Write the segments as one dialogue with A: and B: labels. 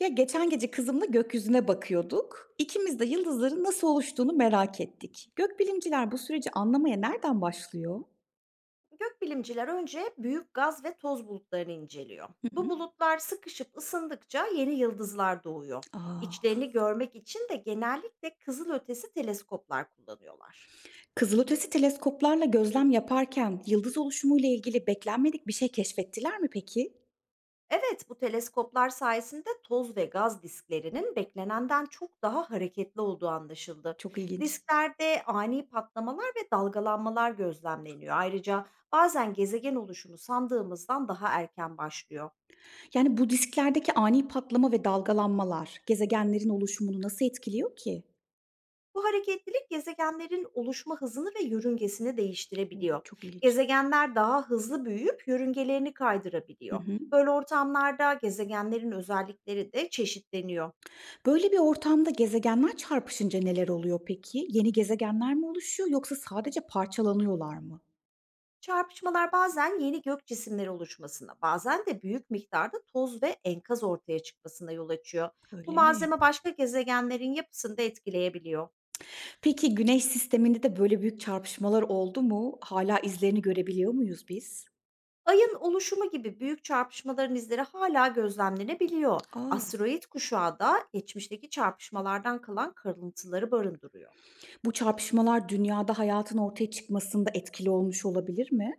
A: Ya geçen gece kızımla gökyüzüne bakıyorduk. İkimiz de yıldızların nasıl oluştuğunu merak ettik. Gökbilimciler bu süreci anlamaya nereden başlıyor?
B: Gökbilimciler önce büyük gaz ve toz bulutlarını inceliyor.
A: Hı
B: Bu
A: hı.
B: bulutlar sıkışıp ısındıkça yeni yıldızlar doğuyor.
A: Aa,
B: İçlerini görmek için de genellikle kızılötesi teleskoplar kullanıyorlar.
A: kızılötesi teleskoplarla gözlem yaparken yıldız oluşumuyla ilgili beklenmedik bir şey keşfettiler mi peki?
B: Evet, bu teleskoplar sayesinde toz ve gaz disklerinin beklenenden çok daha hareketli olduğu anlaşıldı.
A: Çok ilginç.
B: Disklerde ani patlamalar ve dalgalanmalar gözlemleniyor. Ayrıca bazen gezegen oluşumu sandığımızdan daha erken başlıyor.
A: Yani bu disklerdeki ani patlama ve dalgalanmalar gezegenlerin oluşumunu nasıl etkiliyor ki?
B: Bu hareketlilik gezegenlerin oluşma hızını ve yörüngesini
A: Oo,
B: değiştirebiliyor.
A: çok ilginç.
B: Gezegenler daha hızlı büyüyüp yörüngelerini
A: Hı
B: kaydırabiliyor.
A: hı.
B: Böyle ortamlarda gezegenlerin özellikleri de çeşitleniyor.
A: Böyle bir ortamda gezegenler çarpışınca neler oluyor peki? Yeni gezegenler mi oluşuyor yoksa sadece parçalanıyorlar mı?
B: Çarpışmalar bazen yeni gök cisimleri oluşmasına, bazen de büyük miktarda toz ve enkaz ortaya çıkmasına yol açıyor. Bu
A: Öyle mi?
B: malzeme başka gezegenlerin yapısını da etkileyebiliyor.
A: Peki Güneş sisteminde de böyle büyük çarpışmalar oldu mu? Hala izlerini görebiliyor muyuz biz?
B: Ayın oluşumu gibi büyük çarpışmaların izleri hala gözlemlenebiliyor.
A: Aa.
B: Asteroid kuşağı da geçmişteki çarpışmalardan kalan kırıntıları barındırıyor.
A: Bu çarpışmalar dünyada hayatın ortaya çıkmasında etkili olmuş olabilir mi?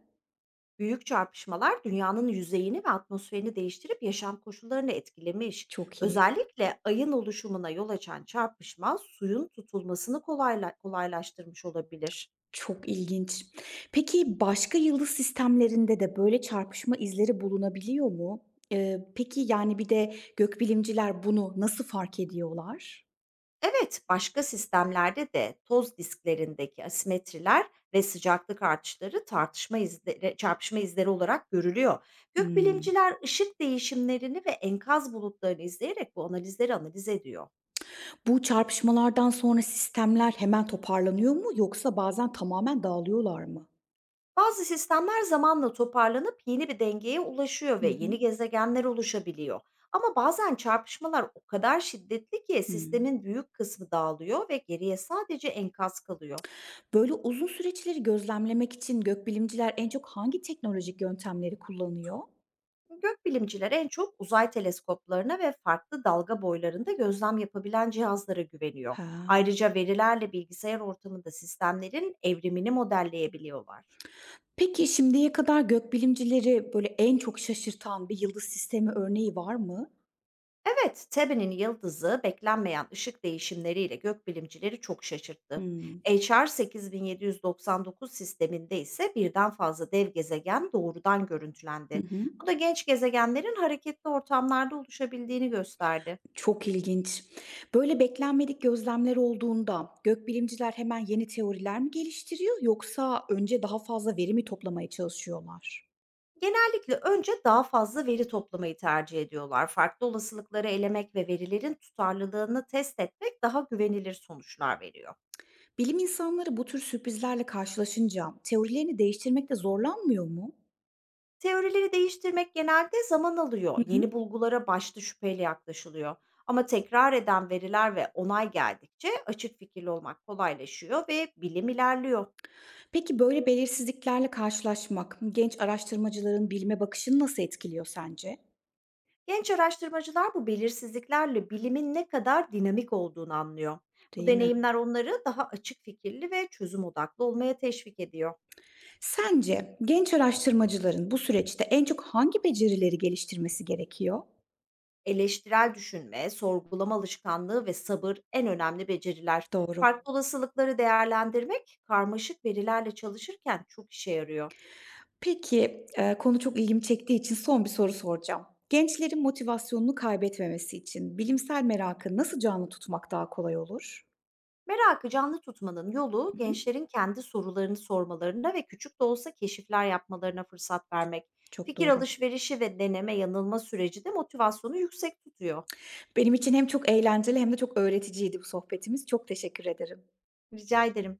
B: Büyük çarpışmalar dünyanın yüzeyini ve atmosferini değiştirip yaşam koşullarını etkilemiş.
A: Çok iyi.
B: Özellikle ayın oluşumuna yol açan çarpışma suyun tutulmasını kolaylaştırmış olabilir.
A: Çok ilginç. Peki başka yıldız sistemlerinde de böyle çarpışma izleri bulunabiliyor mu? Peki, yani, bir de gökbilimciler bunu nasıl fark ediyorlar?
B: Evet, başka sistemlerde de toz disklerindeki asimetriler ve sıcaklık artışları çarpışma izleri olarak görülüyor.
A: Hımm.
B: Gökbilimciler ışık değişimlerini ve enkaz bulutlarını izleyerek bu analiz ediyor.
A: Bu çarpışmalardan sonra sistemler hemen toparlanıyor mu yoksa bazen tamamen dağılıyorlar mı?
B: Bazı sistemler zamanla toparlanıp yeni bir dengeye ulaşıyor
A: Hı
B: ve
A: hı.
B: yeni gezegenler oluşabiliyor. Ama bazen çarpışmalar o kadar şiddetli ki
A: Hımm.
B: sistemin büyük kısmı dağılıyor ve geriye sadece enkaz kalıyor.
A: Böyle uzun süreçleri gözlemlemek için gökbilimciler en çok hangi teknolojik yöntemleri kullanıyor?
B: Gökbilimciler en çok uzay teleskoplarına ve farklı dalga boylarında gözlem yapabilen cihazlara güveniyor.
A: Ha.
B: Ayrıca verilerle bilgisayar ortamında sistemlerin evrimini modelleyebiliyorlar.
A: Peki şimdiye kadar gökbilimcileri böyle en çok şaşırtan bir yıldız sistemi örneği var mı?
B: Evet, Tebe'nin yıldızı beklenmeyen ışık değişimleriyle gökbilimcileri çok şaşırttı.
A: Hımm.
B: HR 8799 sisteminde ise birden fazla dev gezegen doğrudan
A: Hı
B: görüntülendi.
A: hı.
B: Bu da genç gezegenlerin hareketli ortamlarda oluşabildiğini gösterdi.
A: Çok ilginç. Böyle beklenmedik gözlemler olduğunda gökbilimciler hemen yeni teoriler mi geliştiriyor yoksa önce daha fazla veri mi toplamaya çalışıyorlar?
B: Genellikle önce daha fazla veri toplamayı tercih ediyorlar. Farklı olasılıkları elemek ve verilerin tutarlılığını test etmek daha güvenilir sonuçlar veriyor.
A: Bilim insanları bu tür sürprizlerle karşılaşınca teorilerini değiştirmekte zorlanmıyor mu?
B: Teorileri değiştirmek genelde zaman
A: Hı
B: alıyor. Yeni
A: hı.
B: bulgulara başta şüpheyle yaklaşılıyor. Ama tekrar eden veriler ve onay geldikçe açık fikirli olmak kolaylaşıyor ve bilim ilerliyor.
A: Peki böyle belirsizliklerle karşılaşmak genç araştırmacıların bilime bakışını nasıl etkiliyor sence?
B: Genç araştırmacılar bu belirsizliklerle bilimin ne kadar dinamik olduğunu anlıyor. Bu
A: Değil mi?
B: deneyimler onları daha açık fikirli ve çözüm odaklı olmaya teşvik ediyor.
A: Sence genç araştırmacıların bu süreçte en çok hangi becerileri geliştirmesi gerekiyor?
B: Eleştirel düşünme, sorgulama alışkanlığı ve sabır en önemli beceriler.
A: Doğru.
B: Farklı olasılıkları değerlendirmek, karmaşık verilerle çalışırken çok işe yarıyor.
A: Peki, konu çok ilgimi çektiği için son bir soru soracağım. Gençlerin motivasyonunu kaybetmemesi için bilimsel merakı nasıl canlı tutmak daha kolay olur?
B: Merakı canlı tutmanın yolu
A: Hı hı.
B: gençlerin kendi sorularını sormalarına ve küçük de olsa keşifler yapmalarına fırsat vermek.
A: Çok
B: Fikir
A: doğru.
B: alışverişi ve deneme yanılma süreci de motivasyonu yüksek tutuyor.
A: Benim için hem çok eğlenceli hem de çok öğreticiydi bu sohbetimiz. Çok teşekkür ederim.
B: Rica ederim.